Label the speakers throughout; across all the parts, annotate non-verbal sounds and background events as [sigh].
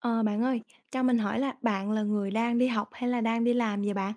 Speaker 1: Ờ, Bạn ơi, cho mình hỏi là bạn là người đang đi học hay là đang đi làm vậy bạn?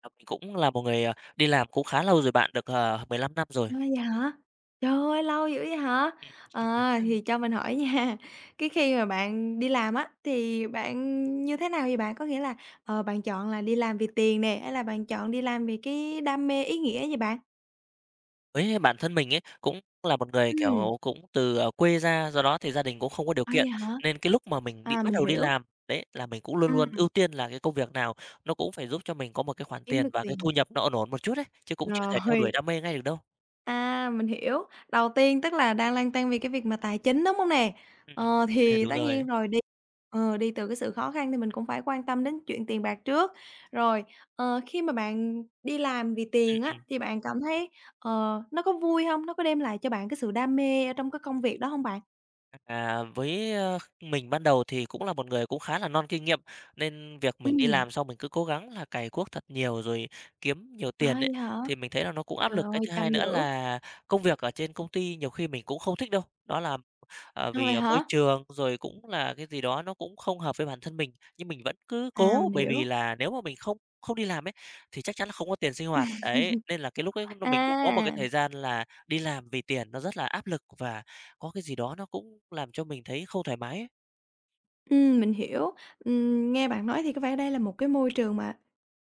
Speaker 2: À, mình cũng là một người, đi làm cũng khá lâu rồi bạn, được, à, mười 15 năm rồi.
Speaker 1: A, vậy hả? Trời ơi, lâu dữ vậy hả?
Speaker 2: Ừm,
Speaker 1: Thì cho mình hỏi nha, [laughs] cái khi mà bạn đi làm á, thì bạn như thế nào vậy bạn? Có nghĩa là, bạn chọn là đi làm vì tiền nè, hay là bạn chọn đi làm vì cái đam mê, ý nghĩa vậy bạn?
Speaker 2: với bản thân mình ấy, cũng là một người,
Speaker 1: Ừ.
Speaker 2: kiểu, cũng từ, quê ra, do đó thì gia đình cũng không có điều
Speaker 1: Vậy
Speaker 2: kiện,
Speaker 1: hả?
Speaker 2: nên cái lúc mà mình
Speaker 1: À,
Speaker 2: bắt
Speaker 1: mình
Speaker 2: đầu đi
Speaker 1: hiểu.
Speaker 2: làm, đấy, là mình cũng luôn luôn
Speaker 1: Ừm,
Speaker 2: ưu tiên là cái công việc nào nó cũng phải giúp cho mình có một cái khoản
Speaker 1: Kiếm
Speaker 2: tiền
Speaker 1: được
Speaker 2: và cái
Speaker 1: tiền.
Speaker 2: thu nhập nó ổn ổn một chút đấy chứ cũng chưa thể theo đuổi
Speaker 1: Rồi.
Speaker 2: đam mê ngay được đâu.
Speaker 1: À, mình hiểu. Đầu tiên tức là đang lăn tăn vì cái việc mà tài chính, đúng hông nè?
Speaker 2: Ừm, [laughs]
Speaker 1: Thì
Speaker 2: đúng
Speaker 1: tất
Speaker 2: rồi.
Speaker 1: nhiên rồi đi, đi từ cái sự khó khăn thì mình cũng phải quan tâm đến chuyện tiền bạc trước. Rồi, khi mà bạn đi làm vì
Speaker 2: Ừm,
Speaker 1: tiền á,
Speaker 2: ừm.
Speaker 1: thì bạn cảm thấy, ờ, nó có vui hông? Nó có đem lại cho bạn cái sự đam mê ở trong cái công việc đó hông bạn?
Speaker 2: À, mình ban đầu thì cũng là một người cũng khá là non kinh nghiệm, nên việc mình đi
Speaker 1: Ừm,
Speaker 2: làm xong mình cứ cố gắng là cày cuốc thật nhiều rồi kiếm nhiều tiền ấy,
Speaker 1: vậy hả?
Speaker 2: thì mình thấy là nó cũng áp
Speaker 1: Trời
Speaker 2: lực. Cái
Speaker 1: ơi,
Speaker 2: thứ hai
Speaker 1: chăm
Speaker 2: nữa
Speaker 1: dữ.
Speaker 2: là công việc ở trên công ty nhiều khi mình cũng không thích đâu, đó là
Speaker 1: À,
Speaker 2: vì,
Speaker 1: vậy
Speaker 2: môi
Speaker 1: hả?
Speaker 2: trường, rồi cũng là cái gì đó nó cũng không hợp với bản thân mình, nhưng mình vẫn cứ
Speaker 1: À,
Speaker 2: cố,
Speaker 1: mình
Speaker 2: bởi vì
Speaker 1: hiểu.
Speaker 2: là nếu mà mình không không đi làm ấy, thì chắc chắn là không có tiền sinh hoạt, đấy. Nên là cái lúc ấy nó mình cũng có một cái
Speaker 1: À.
Speaker 2: thời gian là đi làm vì tiền nó rất là áp lực và có cái gì đó nó cũng làm cho mình thấy không thoải mái ấy.
Speaker 1: Mình hiểu. Nghe bạn nói thì có vẻ đây là một cái môi trường mà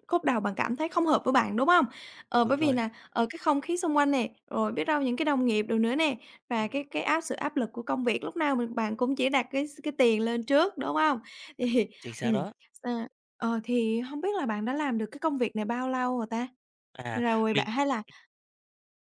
Speaker 1: cốt đầu bạn cảm thấy không hợp với bạn, đúng hông? Bởi
Speaker 2: Đúng
Speaker 1: vì
Speaker 2: rồi,
Speaker 1: là, cái không khí xung quanh nè, rồi biết đâu những cái đồng nghiệp đồ nữa nè, và
Speaker 2: ừm,
Speaker 1: cái sự áp lực của công việc lúc nào bạn cũng chỉ đặt cái tiền lên trước, đúng hông? [laughs] Thì,
Speaker 2: chính xác
Speaker 1: ừm,
Speaker 2: đó.
Speaker 1: ờ, thì hông biết là bạn đã làm được cái công việc này bao lâu rồi ta?
Speaker 2: À,
Speaker 1: Rồi bạn
Speaker 2: mình
Speaker 1: hay là,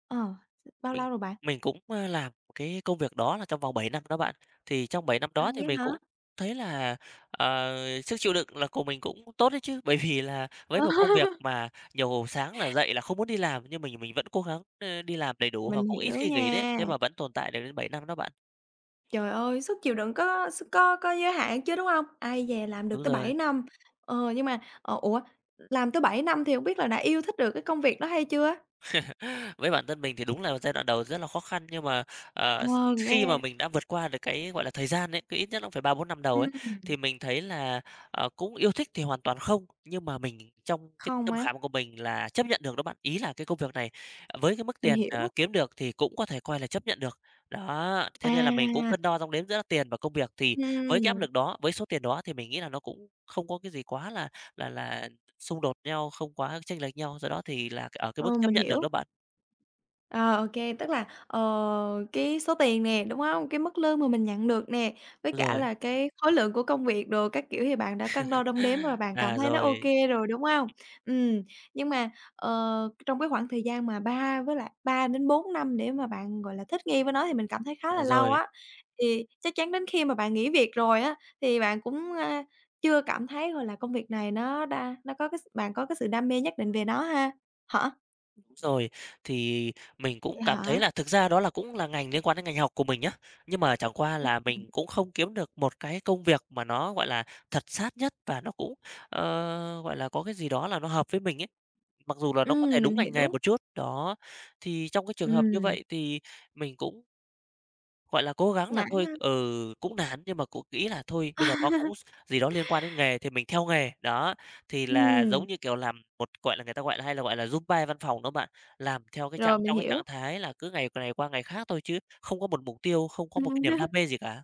Speaker 1: ờ, bao
Speaker 2: Mình
Speaker 1: lâu rồi bạn?
Speaker 2: mình cũng, làm cái công việc đó là trong vòng 7 năm đó bạn. Thì trong 7 năm
Speaker 1: À,
Speaker 2: đó thì
Speaker 1: vậy
Speaker 2: mình
Speaker 1: hả?
Speaker 2: cũng thấy là, ờ, sức chịu đựng là của mình cũng tốt đấy chứ, [laughs] bởi vì là với một công việc
Speaker 1: [laughs]
Speaker 2: mà nhiều sáng là dậy là không muốn đi làm, nhưng mình vẫn cố gắng, đi làm đầy đủ
Speaker 1: Mình
Speaker 2: và cũng ít
Speaker 1: hiểu
Speaker 2: khi nghỉ đấy, thế
Speaker 1: nha.
Speaker 2: mà vẫn tồn tại được đến 7 năm đó bạn.
Speaker 1: Trời ơi, sức chịu đựng có s có giới hạn chứ, đúng không? Ai dè làm được
Speaker 2: Đúng
Speaker 1: tới 7
Speaker 2: rồi.
Speaker 1: năm. Nhưng mà, ủa, làm tới 7 năm thì không biết là đã yêu thích được cái công việc đó hay chưa?
Speaker 2: Với bản thân mình thì đúng là giai đoạn đầu rất là khó khăn, nhưng mà, ờ,
Speaker 1: Ờ,
Speaker 2: khi mà
Speaker 1: Nghe
Speaker 2: mình đã vượt qua được cái, gọi là, thời gian ấy, cứ ít nhất nó phải 3 4 năm đầu ấy,
Speaker 1: ừm,
Speaker 2: thì mình thấy là, cũng yêu thích thì hoàn toàn không, nhưng mà mình trong cái
Speaker 1: không
Speaker 2: tâm
Speaker 1: á,
Speaker 2: khảm của mình là chấp nhận được đó bạn. Ý là cái công việc này, với cái mức
Speaker 1: mình
Speaker 2: tiền,
Speaker 1: hiểu.
Speaker 2: kiếm được thì cũng có thể coi là chấp nhận được. Đó, thế nên là mình cũng
Speaker 1: À,
Speaker 2: cân đo đong đếm giữa tiền và công việc, thì với cái áp
Speaker 1: ừm,
Speaker 2: lực đó, với số tiền đó thì mình nghĩ là nó cũng không có cái gì quá là là là xung đột nhau, không quá chênh lệch nhau, do đó thì là ở cái
Speaker 1: ờ,
Speaker 2: mức chấp
Speaker 1: mình
Speaker 2: nhận được
Speaker 1: hiểu.
Speaker 2: đó bạn.
Speaker 1: Ờ, ô Tức là, cái số tiền nè, đúng không? Cái mức lương mà mình nhận được nè, với
Speaker 2: Đúng
Speaker 1: cả
Speaker 2: rồi.
Speaker 1: là cái khối lượng của công việc đồ các kiểu thì bạn đã cân đo đong đếm rồi,
Speaker 2: [laughs]
Speaker 1: bạn cảm
Speaker 2: À,
Speaker 1: thấy nó OK
Speaker 2: rồi,
Speaker 1: rồi, đúng không? Ừm, nhưng mà, trong cái khoảng thời gian mà 3 với lại 3 đến 4 năm để mà bạn, gọi là, thích nghi với nó thì mình cảm thấy khá
Speaker 2: à,
Speaker 1: là lâu
Speaker 2: rồi,
Speaker 1: á. Thì chắc chắn đến khi mà bạn nghỉ việc rồi á, thì bạn cũng, chưa cảm thấy, gọi là, công việc này nó đa nó có cái bạn có cái sự đam mê nhất định về nó ha? Hả?
Speaker 2: đúng rồi. Thì mình cũng
Speaker 1: Vậy
Speaker 2: cảm thấy
Speaker 1: hả?
Speaker 2: là thực ra đó là cũng là ngành liên quan đến ngành học của mình nhá, nhưng mà chẳng qua là mình cũng không kiếm được một cái công việc mà nó, gọi là, thật sát nhất và nó cũng, gọi là, có cái gì đó là nó hợp với mình ấy, mặc dù là nó có thể
Speaker 1: Mình
Speaker 2: đúng ngành nghề
Speaker 1: hiểu.
Speaker 2: một chút. Đó, thì trong cái trường hợp như
Speaker 1: Ừm,
Speaker 2: vậy thì mình cũng gọi là, cố gắng là
Speaker 1: Nản
Speaker 2: thôi
Speaker 1: ha.
Speaker 2: ừ, cũng nản nhưng mà cũng nghĩ là thôi bây giờ nó cũng gì đó liên quan đến nghề thì mình theo nghề. Đó, thì là
Speaker 1: Ừm,
Speaker 2: giống như kiểu làm một gọi là, người ta gọi là hay là gọi là Zumba văn phòng đó bạn, làm theo cái
Speaker 1: Rồi,
Speaker 2: trạng
Speaker 1: mình
Speaker 2: trong cái
Speaker 1: hiểu.
Speaker 2: trạng thái là cứ ngày này qua ngày khác thôi chứ không có một mục tiêu, không có một cái niềm đam
Speaker 1: [laughs]
Speaker 2: mê gì cả.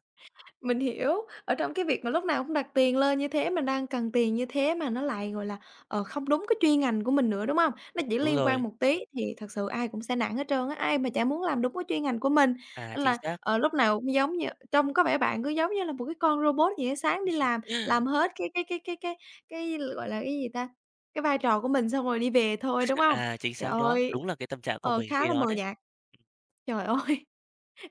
Speaker 1: Mình hiểu, ở trong cái việc mà lúc nào cũng đặt tiền lên như thế, mình đang cần tiền như thế mà nó lại, gọi là, không đúng cái chuyên ngành của mình nữa, đúng không? Nó
Speaker 2: À,
Speaker 1: chỉ
Speaker 2: đúng
Speaker 1: liên quan
Speaker 2: rồi,
Speaker 1: một tí thì thật sự ai cũng sẽ nản hết trơn á, ai mà chả muốn làm đúng cái chuyên ngành của mình.
Speaker 2: à,
Speaker 1: Nên
Speaker 2: chính
Speaker 1: là,
Speaker 2: xác.
Speaker 1: lúc nào cũng giống như trông có vẻ bạn cứ giống như là một cái con robot vậy á, sáng đi
Speaker 2: [laughs]
Speaker 1: làm hết cái, gọi là, cái gì ta, cái vai trò của mình xong rồi đi về thôi, đúng không?
Speaker 2: À, chính
Speaker 1: Trời
Speaker 2: xác đó,
Speaker 1: ơi,
Speaker 2: đúng là cái tâm trạng của mình
Speaker 1: khá
Speaker 2: khi
Speaker 1: là
Speaker 2: đó
Speaker 1: mờ
Speaker 2: đấy.
Speaker 1: nhạt. Trời ơi!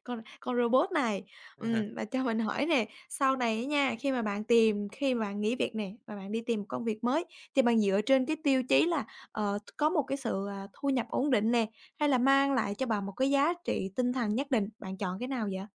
Speaker 1: Con robot này.
Speaker 2: [laughs]
Speaker 1: Và cho mình hỏi nè, sau này á nha, khi mà bạn tìm khi mà bạn nghỉ việc nè, và bạn đi tìm một công việc mới, thì bạn dựa trên cái tiêu chí là, có một cái sự, thu nhập ổn định nè, hay là mang lại cho bạn một cái giá trị tinh thần nhất định, bạn chọn cái nào vậy?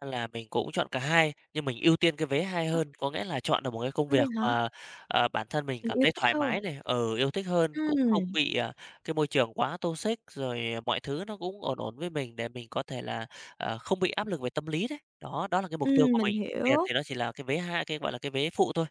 Speaker 2: Là mình cũng chọn cả hai, nhưng mình ưu tiên cái vé hai
Speaker 1: Ơ,
Speaker 2: hơn, có nghĩa là chọn được một cái công
Speaker 1: ơ, vậy
Speaker 2: việc
Speaker 1: hả?
Speaker 2: mà, bản thân mình
Speaker 1: Mình
Speaker 2: cảm
Speaker 1: yêu
Speaker 2: thấy
Speaker 1: thích
Speaker 2: thoải
Speaker 1: hơn.
Speaker 2: mái này, ở yêu thích hơn, cũng không
Speaker 1: Ừm,
Speaker 2: bị, cái môi trường quá toxic, rồi mọi thứ nó cũng ổn ổn với mình để mình có thể là, không bị áp lực về tâm lý đấy. Đó, đó là cái mục tiêu của
Speaker 1: mình
Speaker 2: mình,
Speaker 1: hiểu.
Speaker 2: tiền thì nó chỉ là cái vé hai cái, gọi là, cái vé phụ thôi.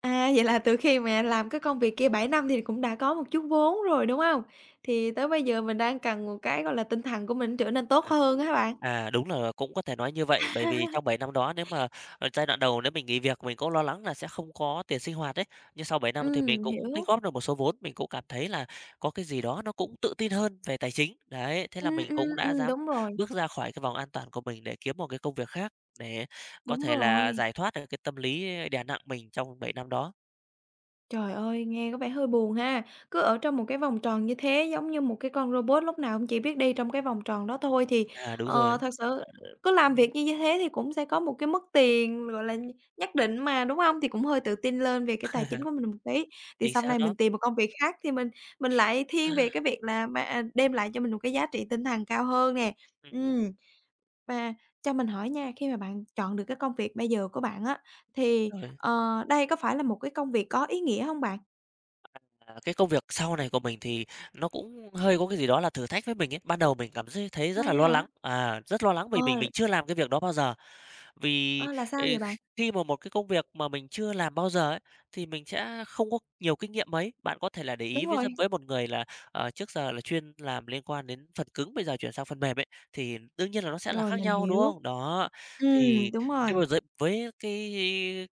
Speaker 1: À, vậy là từ khi mà làm cái công việc kia 7 năm thì cũng đã có một chút vốn rồi, đúng không? Thì tới bây giờ mình đang cần một cái, gọi là, tinh thần của mình trở nên tốt
Speaker 2: Ừ.
Speaker 1: hơn á bạn?
Speaker 2: À, đúng là cũng có thể nói như vậy, bởi vì trong
Speaker 1: [laughs]
Speaker 2: 7 năm đó nếu mà, giai đoạn đầu nếu mình nghỉ việc mình cũng lo lắng là sẽ không có tiền sinh hoạt ấy, nhưng sau 7 năm thì mình
Speaker 1: Mình
Speaker 2: cũng tích
Speaker 1: hiểu.
Speaker 2: góp được một số vốn, mình cũng cảm thấy là có cái gì đó nó cũng tự tin hơn về tài chính. Đấy, thế là mình cũng đã dám
Speaker 1: Đúng rồi,
Speaker 2: bước ra khỏi cái vòng an toàn của mình để kiếm một cái công việc khác, để có
Speaker 1: đúng
Speaker 2: thể là
Speaker 1: rồi.
Speaker 2: giải thoát được cái tâm lý đè nặng mình trong 7 năm đó.
Speaker 1: Trời ơi, nghe có vẻ hơi buồn ha. Cứ ở trong một cái vòng tròn như thế, giống như một cái con robot lúc nào cũng chỉ biết đi trong cái vòng tròn đó thôi, thì,
Speaker 2: À, đúng rồi,
Speaker 1: thật sự cứ làm việc như thế thì cũng sẽ có một cái mức tiền, gọi là, nhất định mà, đúng hông? Thì cũng hơi tự tin lên về cái tài chính của mình một tí, thì
Speaker 2: chính
Speaker 1: sau
Speaker 2: xác
Speaker 1: này
Speaker 2: đó.
Speaker 1: mình tìm một công việc khác thì mình lại thiên về cái
Speaker 2: [laughs]
Speaker 1: việc là đem lại cho mình một cái giá trị tinh thần cao hơn nè.
Speaker 2: Ừm,
Speaker 1: Ừm. Và cho mình hỏi nha, khi mà bạn chọn được cái công việc bây giờ của bạn á, thì,
Speaker 2: rồi.
Speaker 1: đây có phải là một cái công việc có ý nghĩa hông bạn?
Speaker 2: À, cái công việc sau này của mình thì nó cũng hơi có cái gì đó là thử thách với mình ấy. Ban đầu mình cảm thấy thấy
Speaker 1: À,
Speaker 2: rất là
Speaker 1: vậy
Speaker 2: lo
Speaker 1: hả?
Speaker 2: lắng, à, rất lo lắng
Speaker 1: Ờ,
Speaker 2: vì mình chưa làm cái việc đó bao giờ. Vì
Speaker 1: ờ, là sao
Speaker 2: ừ,
Speaker 1: vậy bạn?
Speaker 2: kh- khi mà một cái công việc mà mình chưa làm bao giờ ấy, thì mình sẽ không có nhiều kinh nghiệm mấy. Bạn có thể là để
Speaker 1: Đúng
Speaker 2: ý với
Speaker 1: rồi,
Speaker 2: với một người là trước giờ là chuyên làm liên quan đến phần cứng, bây giờ chuyển sang phần mềm ấy, thì đương nhiên là nó sẽ là
Speaker 1: rồi
Speaker 2: khác
Speaker 1: mình
Speaker 2: nhau đúng
Speaker 1: hiểu.
Speaker 2: không? Đó, thì
Speaker 1: Đúng rồi.
Speaker 2: cái với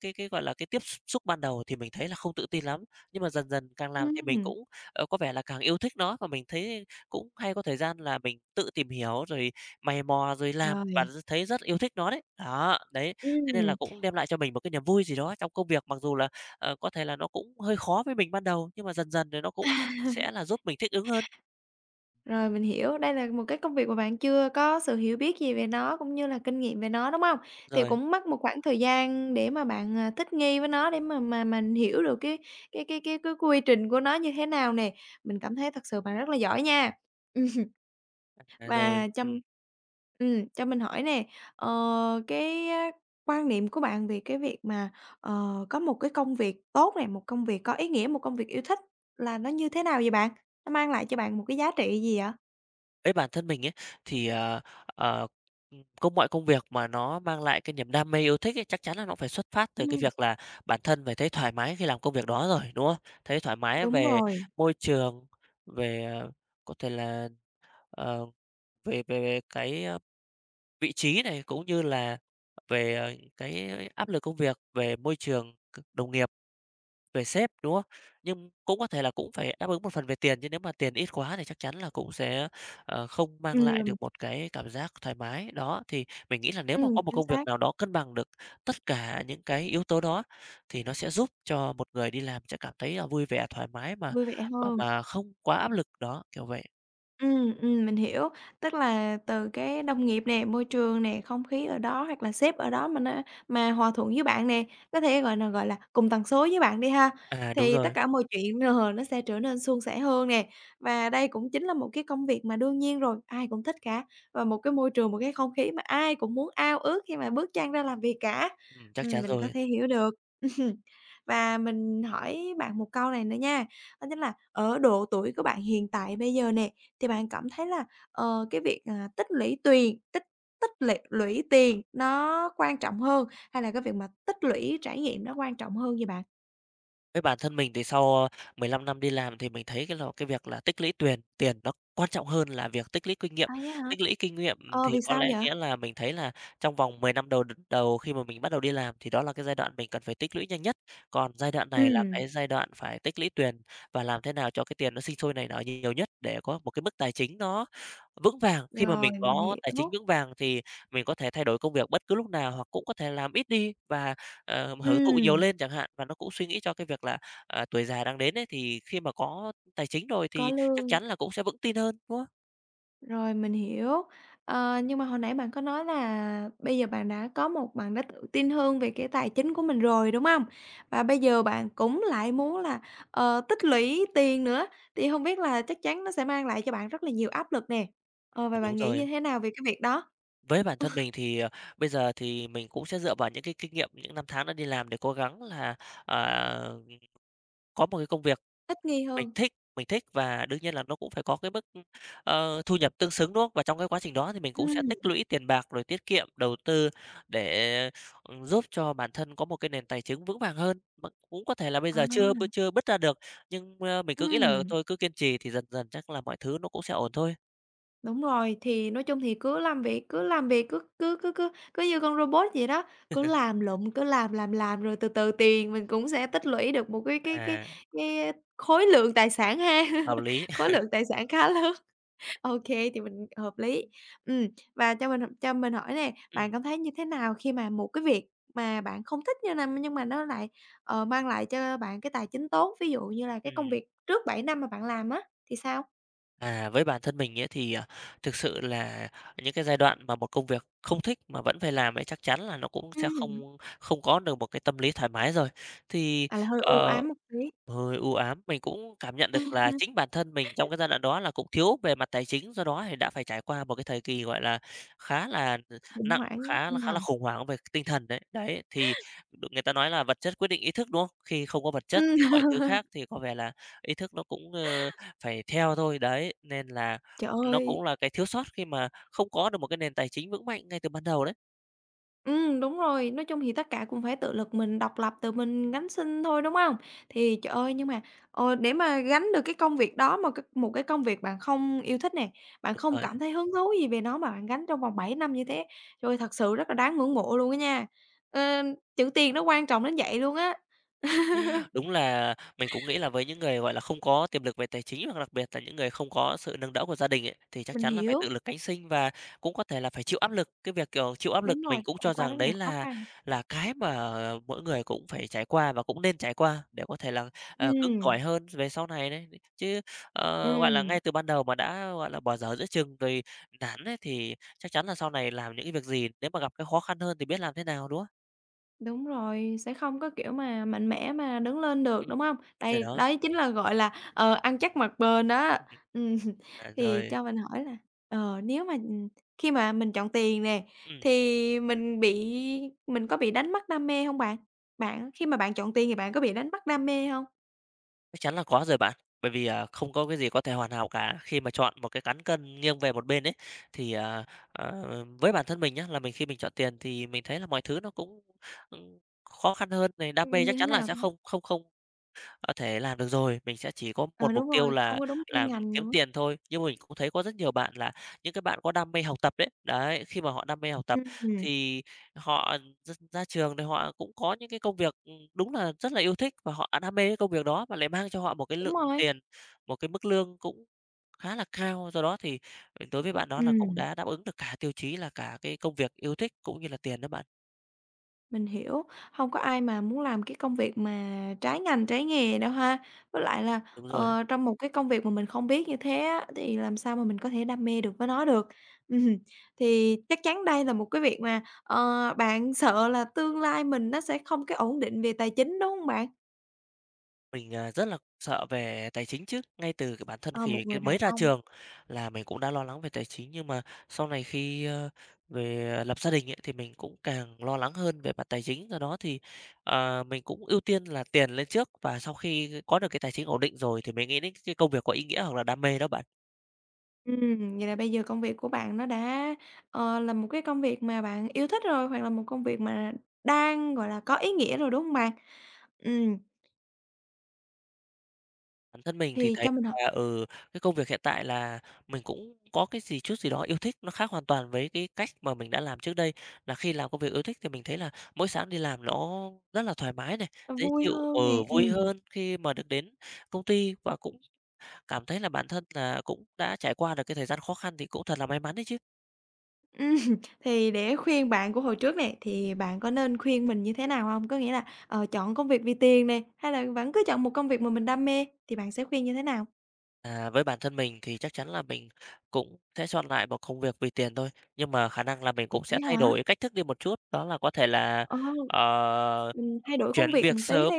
Speaker 2: cái gọi là cái tiếp xúc ban đầu thì mình thấy là không tự tin lắm nhưng mà dần dần càng làm thì mình
Speaker 1: Ừm.
Speaker 2: cũng, có vẻ là càng yêu thích nó và mình thấy cũng hay có thời gian là mình tự tìm hiểu rồi mày mò rồi làm và
Speaker 1: Rồi,
Speaker 2: thấy rất yêu thích nó đấy. Đó, đấy, thế nên là
Speaker 1: ừm.
Speaker 2: cũng đem lại cho mình một cái niềm vui gì đó trong công việc, mặc dù là, có thể là nó cũng hơi khó với mình ban đầu, nhưng mà dần dần thì nó cũng
Speaker 1: [laughs]
Speaker 2: sẽ là giúp mình thích ứng hơn.
Speaker 1: Rồi, mình hiểu, đây là một cái công việc mà bạn chưa có sự hiểu biết gì về nó, cũng như là kinh nghiệm về nó, đúng không? Thì
Speaker 2: Rồi,
Speaker 1: cũng mất một khoảng thời gian để mà bạn, thích nghi với nó để mà mình hiểu được cái quy trình của nó như thế nào nè. Mình cảm thấy thật sự bạn rất là giỏi nha. Ừm.
Speaker 2: à, rồi,
Speaker 1: Và cho mình hỏi nè, ờ, cái á quan niệm của bạn về cái việc mà, có một cái công việc tốt này, một công việc có ý nghĩa, một công việc yêu thích là nó như thế nào vậy bạn? Nó mang lại cho bạn một cái giá trị gì ạ?
Speaker 2: với bản thân mình ấy, thì, ờ, mọi công việc mà nó mang lại cái niềm đam mê, yêu thích ấy, chắc chắn là nó phải xuất phát từ cái
Speaker 1: Ừm,
Speaker 2: việc là bản thân phải thấy thoải mái khi làm công việc đó rồi, đúng không? Thấy thoải mái
Speaker 1: đúng
Speaker 2: về
Speaker 1: rồi,
Speaker 2: môi trường, về, có thể là, ờ, về về về cái, vị trí này, cũng như là về, cái áp lực công việc, về môi trường đồng nghiệp. Về sếp, đúng không? Nhưng cũng có thể là cũng phải đáp ứng một phần về tiền, chứ nếu mà tiền ít quá thì chắc chắn là cũng sẽ, không mang lại
Speaker 1: ừm,
Speaker 2: được một cái cảm giác thoải mái. Đó, thì mình nghĩ là nếu mà có một
Speaker 1: chính
Speaker 2: công việc
Speaker 1: xác,
Speaker 2: nào đó cân bằng được tất cả những cái yếu tố đó, thì nó sẽ giúp cho một người đi làm sẽ cảm thấy là vui vẻ, thoải mái mà
Speaker 1: vui vẻ
Speaker 2: mà
Speaker 1: hơn.
Speaker 2: mà không quá áp lực, đó, kiểu vậy.
Speaker 1: Ừ, mình hiểu. Tức là từ cái đồng nghiệp nè, môi trường nè, không khí ở đó hoặc là sếp ở đó mà hòa thuận với bạn nè, có thể, gọi là, cùng tần số với bạn đi ha,
Speaker 2: À, đúng
Speaker 1: thì tất
Speaker 2: rồi,
Speaker 1: cả mọi chuyện nó sẽ trở nên suôn sẻ hơn nè. Và đây cũng chính là một cái công việc mà đương nhiên rồi, ai cũng thích cả, và một cái môi trường, một cái không khí mà ai cũng muốn ao ước khi mà bước chân ra làm việc cả.
Speaker 2: chắc chắn
Speaker 1: Mình có
Speaker 2: rồi.
Speaker 1: thể hiểu được. [laughs] Và mình hỏi bạn một câu này nữa nha, đó chính là ở độ tuổi của bạn hiện tại bây giờ nè, thì bạn cảm thấy là, cái việc, tích lũy tiền nó quan trọng hơn hay là cái việc mà tích lũy trải nghiệm nó quan trọng hơn vậy bạn?
Speaker 2: Với bản thân mình thì sau 15 năm đi làm thì mình thấy cái là cái việc là tích lũy tiền tiền nó quan trọng hơn là việc tích lũy kinh nghiệm.
Speaker 1: À, vậy hả?
Speaker 2: Tích lũy kinh nghiệm
Speaker 1: Ờ,
Speaker 2: thì
Speaker 1: vì
Speaker 2: có
Speaker 1: sao
Speaker 2: lẽ
Speaker 1: vậy?
Speaker 2: nghĩa là mình thấy là trong vòng 10 năm đầu đầu khi mà mình bắt đầu đi làm thì đó là cái giai đoạn mình cần phải tích lũy nhanh nhất. Còn giai đoạn này
Speaker 1: Ừ,
Speaker 2: là cái giai đoạn phải tích lũy tiền và làm thế nào cho cái tiền nó sinh sôi nảy nở nhiều nhất để có một cái mức tài chính nó vững vàng. Khi mà
Speaker 1: rồi,
Speaker 2: mình
Speaker 1: mình
Speaker 2: có tài chính
Speaker 1: hiểu.
Speaker 2: vững vàng thì mình có thể thay đổi công việc bất cứ lúc nào hoặc cũng có thể làm ít đi và hưởng thụ nhiều
Speaker 1: Ừ,
Speaker 2: lên chẳng hạn. Và nó cũng suy nghĩ cho cái việc là, tuổi già đang đến ấy, thì khi mà có tài chính rồi
Speaker 1: có
Speaker 2: thì chắc
Speaker 1: lương.
Speaker 2: chắn là cũng sẽ vững tin hơn, đúng không?
Speaker 1: Rồi, mình hiểu. Nhưng mà hồi nãy bạn có nói là bây giờ bạn đã tự tin hơn về cái tài chính của mình rồi, đúng không? Và bây giờ bạn cũng lại muốn là, tích lũy tiền nữa, thì không biết là chắc chắn nó sẽ mang lại cho bạn rất là nhiều áp lực nè.
Speaker 2: À,
Speaker 1: Và
Speaker 2: đúng
Speaker 1: bạn nghĩ như
Speaker 2: rồi.
Speaker 1: thế nào về cái việc đó?
Speaker 2: Với bản thân
Speaker 1: [laughs]
Speaker 2: mình thì, bây giờ thì mình cũng sẽ dựa vào những cái kinh nghiệm những năm tháng đã đi làm để cố gắng là, à, có một cái công việc
Speaker 1: Thích nghi
Speaker 2: mình
Speaker 1: hơn.
Speaker 2: thích, và đương nhiên là nó cũng phải có cái mức, thu nhập tương xứng, đúng không? Và trong cái quá trình đó thì mình
Speaker 1: Ừ.
Speaker 2: cũng sẽ tích lũy tiền bạc, rồi tiết kiệm, đầu tư để, giúp cho bản thân có một cái nền tài chính vững vàng hơn. Mà cũng có thể là bây
Speaker 1: À,
Speaker 2: giờ chưa bứt ra được, nhưng, mình cứ nghĩ là
Speaker 1: ừm.
Speaker 2: thôi cứ kiên trì thì dần dần chắc là mọi thứ nó cũng sẽ ổn thôi.
Speaker 1: Đúng rồi, thì nói chung thì cứ làm việc, cứ làm việc, cứ cứ cứ cứ cứ như con robot vậy đó, cứ làm lụm, cứ làm rồi từ từ tiền mình cũng sẽ tích lũy được một cái cái cái
Speaker 2: À,
Speaker 1: cái khối lượng tài sản ha,
Speaker 2: hợp
Speaker 1: [laughs]
Speaker 2: lý.
Speaker 1: khối
Speaker 2: [laughs]
Speaker 1: lượng tài sản khá lớn. [laughs] OK, thì mình hợp lý. Ừm, và cho mình hỏi nè, bạn
Speaker 2: Ừm,
Speaker 1: cảm thấy như thế nào khi mà một cái việc mà bạn không thích như này nhưng mà nó lại, mang lại cho bạn cái tài chính tốt, ví dụ như là cái công
Speaker 2: ừm.
Speaker 1: việc trước 7 năm mà bạn làm á, thì sao?
Speaker 2: À, với bản thân mình ấy thì, thực sự là những cái giai đoạn mà một công việc không thích mà vẫn phải làm ấy chắc chắn là nó cũng sẽ
Speaker 1: Ừm.
Speaker 2: không không có được một cái tâm lý thoải mái rồi. Thì,
Speaker 1: À, là hơi u
Speaker 2: ờ.
Speaker 1: ám một tí.
Speaker 2: Hơi u ám, mình cũng cảm nhận được là chính bản thân mình trong cái giai đoạn đó là cũng thiếu về mặt tài chính, do đó thì đã phải trải qua một cái thời kỳ, gọi là, khá là
Speaker 1: Khủng
Speaker 2: nặng,
Speaker 1: hoảng
Speaker 2: khá là
Speaker 1: tinh
Speaker 2: khá là
Speaker 1: thần.
Speaker 2: khủng hoảng về tinh thần đấy. Đấy, thì người ta nói là vật chất quyết định ý thức, đúng không? Khi không có vật chất
Speaker 1: Ừm.
Speaker 2: thì mọi thứ
Speaker 1: [laughs]
Speaker 2: khác thì có vẻ là ý thức nó cũng, phải theo thôi, đấy, nên là
Speaker 1: Trời
Speaker 2: nó
Speaker 1: ơi!
Speaker 2: cũng là cái thiếu sót khi mà không có được một cái nền tài chính vững mạnh ngay từ ban đầu đấy.
Speaker 1: Đúng rồi, nói chung thì tất cả cũng phải tự lực mình, độc lập, tự mình gánh sinh thôi, đúng hông? Thì trời ơi, nhưng mà, để mà gánh được cái công việc đó mà c một cái công việc bạn không yêu thích nè, bạn
Speaker 2: Đúng
Speaker 1: không
Speaker 2: rồi.
Speaker 1: cảm thấy hứng thú gì về nó mà bạn gánh trong vòng 7 năm như thế, trời ơi, thật sự rất là đáng ngưỡng mộ luôn á nha. Ờ, Chữ tiền nó quan trọng đến vậy luôn á.
Speaker 2: Đúng là mình cũng nghĩ là với những người, gọi là, không có tiềm lực về tài chính hoặc đặc biệt là những người không có sự nâng đỡ của gia đình ấy, thì chắc
Speaker 1: Mình
Speaker 2: chắn là phải
Speaker 1: hiểu,
Speaker 2: tự lực cánh sinh và cũng có thể là phải chịu áp lực. Cái việc, kiểu, chịu áp lực
Speaker 1: đúng rồi,
Speaker 2: mình
Speaker 1: phải
Speaker 2: cũng
Speaker 1: trải
Speaker 2: cho
Speaker 1: qua rất
Speaker 2: rằng
Speaker 1: nhiều
Speaker 2: đấy
Speaker 1: khó
Speaker 2: là
Speaker 1: khăn.
Speaker 2: cái mà mỗi người cũng phải trải qua và cũng nên trải qua để có thể là, cứng
Speaker 1: Ừm,
Speaker 2: cỏi hơn về sau này đấy. Chứ, ờ, gọi là,
Speaker 1: ừm.
Speaker 2: ngay từ ban đầu mà đã, gọi là, bỏ dở giữa chừng rồi nản ấy, thì chắc chắn là sau này làm những cái việc gì nếu mà gặp cái khó khăn hơn thì biết làm thế nào, đúng không?
Speaker 1: Đúng rồi, sẽ không có, kiểu, mà mạnh mẽ mà đứng lên được,
Speaker 2: Ừm,
Speaker 1: đúng không?
Speaker 2: rồi
Speaker 1: Đây,
Speaker 2: đó.
Speaker 1: đấy chính là, gọi là, ăn chắc mặc bền đó.
Speaker 2: Ừ,
Speaker 1: Ừm, [laughs]
Speaker 2: à,
Speaker 1: thì
Speaker 2: rồi,
Speaker 1: cho mình hỏi là, nếu mà, khi mà mình chọn tiền nè,
Speaker 2: ừm.
Speaker 1: thì mình có bị đánh mất đam mê không bạn? Bạn khi mà bạn chọn tiền thì bạn có bị đánh mất đam mê không?
Speaker 2: Chắc chắn là có rồi bạn. Bởi vì, không có cái gì có thể hoàn hảo cả. Khi mà chọn một cái cán cân nghiêng về một bên ấy, thì, à, ờ, với bản thân mình nhá, là khi mình chọn tiền thì mình thấy là mọi thứ nó cũng, ừm, khó khăn hơn này, đam mê
Speaker 1: Như
Speaker 2: chắc
Speaker 1: thế
Speaker 2: chắn là
Speaker 1: nào
Speaker 2: sẽ
Speaker 1: ta?
Speaker 2: không không không. Ơ, thế làm được rồi, mình sẽ chỉ có
Speaker 1: Ờ,
Speaker 2: một mục
Speaker 1: Đúng
Speaker 2: tiêu
Speaker 1: rồi, không
Speaker 2: là
Speaker 1: có đúng chuyên
Speaker 2: là
Speaker 1: ngành
Speaker 2: kiếm
Speaker 1: nữa.
Speaker 2: tiền thôi. Nhưng mình cũng thấy có rất nhiều bạn là những cái bạn có đam mê học tập đấy, đấy, khi mà họ đam mê học tập
Speaker 1: Ừm,
Speaker 2: thì họ ra trường thì họ cũng có những cái công việc, đúng là rất là yêu thích và họ đam mê cái công việc đó và lại mang cho họ một cái
Speaker 1: Đúng
Speaker 2: lượng
Speaker 1: rồi.
Speaker 2: tiền, một cái mức lương cũng khá là cao. Do đó thì, ừ, đối với bạn đó là cũng
Speaker 1: Ừm.
Speaker 2: đã đáp ứng được cả tiêu chí là cả cái công việc yêu thích cũng như là tiền đó bạn.
Speaker 1: Mình hiểu, không có ai mà muốn làm cái công việc mà trái ngành, trái nghề đâu ha. Với lại là,
Speaker 2: Đúng rồi.
Speaker 1: trong một cái công việc mà mình không biết như thế á, thì làm sao mà mình có thể đam mê được với nó được. [laughs] Ừm, thì chắc chắn đây là một cái việc mà, bạn sợ là tương lai mình nó sẽ không cái ổn định về tài chính, đúng không bạn?
Speaker 2: Mình, rất là sợ về tài chính chứ, ngay từ cái bản thân
Speaker 1: Ờ, một
Speaker 2: khi
Speaker 1: người
Speaker 2: cái
Speaker 1: đàn
Speaker 2: mới ra
Speaker 1: ông
Speaker 2: trường là mình cũng đã lo lắng về tài chính, nhưng mà sau này khi, về à, lập gia đình ấy, thì mình cũng càng lo lắng hơn về mặt tài chính. Do đó thì, mình cũng ưu tiên là tiền lên trước và sau khi có được cái tài chính ổn định rồi thì mình nghĩ đến cái công việc có ý nghĩa hoặc là đam mê đó bạn.
Speaker 1: vậy là bây giờ công việc của bạn nó đã, là một cái công việc mà bạn yêu thích rồi, hoặc là một công việc mà đang, gọi là, có ý nghĩa rồi, đúng không bạn? Ừm,
Speaker 2: Bản thân mình thì
Speaker 1: thì
Speaker 2: thấy
Speaker 1: cho mình hỏi.
Speaker 2: là, ừ, cái công việc hiện tại là mình cũng có cái gì chút gì đó yêu thích, nó khác hoàn toàn với cái cách mà mình đã làm trước đây. Là khi làm công việc yêu thích thì mình thấy là mỗi sáng đi làm nó rất là thoải mái này,
Speaker 1: Nó
Speaker 2: dễ
Speaker 1: vui
Speaker 2: chịu,
Speaker 1: hơn nè,
Speaker 2: ừ, vui
Speaker 1: ừm.
Speaker 2: hơn khi mà được đến công ty và cũng cảm thấy là bản thân là cũng đã trải qua được cái thời gian khó khăn thì cũng thật là may mắn đấy chứ.
Speaker 1: Ừm, [laughs] thì để khuyên bạn của hồi trước nè, thì bạn có nên khuyên mình như thế nào hông? Có nghĩa là, chọn công việc vì tiền nè, hay là vẫn cứ chọn một công việc mà mình đam mê, thì bạn sẽ khuyên như thế nào?
Speaker 2: À, với bản thân mình thì chắc chắn là mình cũng sẽ chọn lại một công việc vì tiền thôi, nhưng mà khả năng là mình cũng
Speaker 1: Vậy
Speaker 2: sẽ thay
Speaker 1: hả?
Speaker 2: đổi cách thức đi một chút, đó là có thể là,
Speaker 1: Ờ.
Speaker 2: ờ.
Speaker 1: Mình thay đổi công
Speaker 2: Chuyển
Speaker 1: việc
Speaker 2: việc
Speaker 1: một tí
Speaker 2: sớm,
Speaker 1: đi,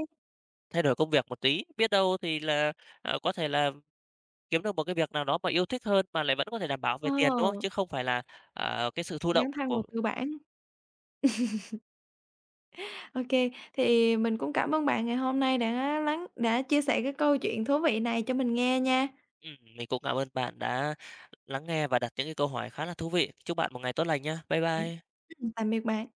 Speaker 2: thay đổi công việc một tí, biết đâu thì là, có thể là kiếm được một cái việc nào đó mà yêu thích hơn mà lại vẫn có thể đảm bảo về
Speaker 1: ờ,
Speaker 2: tiền, đúng không? Chứ không phải là, cái sự thụ động
Speaker 1: dấn thân vào
Speaker 2: của
Speaker 1: tư bản. Ô kê, thì mình cũng cảm ơn bạn ngày hôm nay đã chia sẻ cái câu chuyện thú vị này cho mình nghe nha.
Speaker 2: mình cũng cảm ơn bạn đã lắng nghe và đặt những cái câu hỏi khá là thú vị. Chúc bạn một ngày tốt lành nhá. Bye
Speaker 1: Ừm,
Speaker 2: bye.
Speaker 1: Tạm biệt bạn.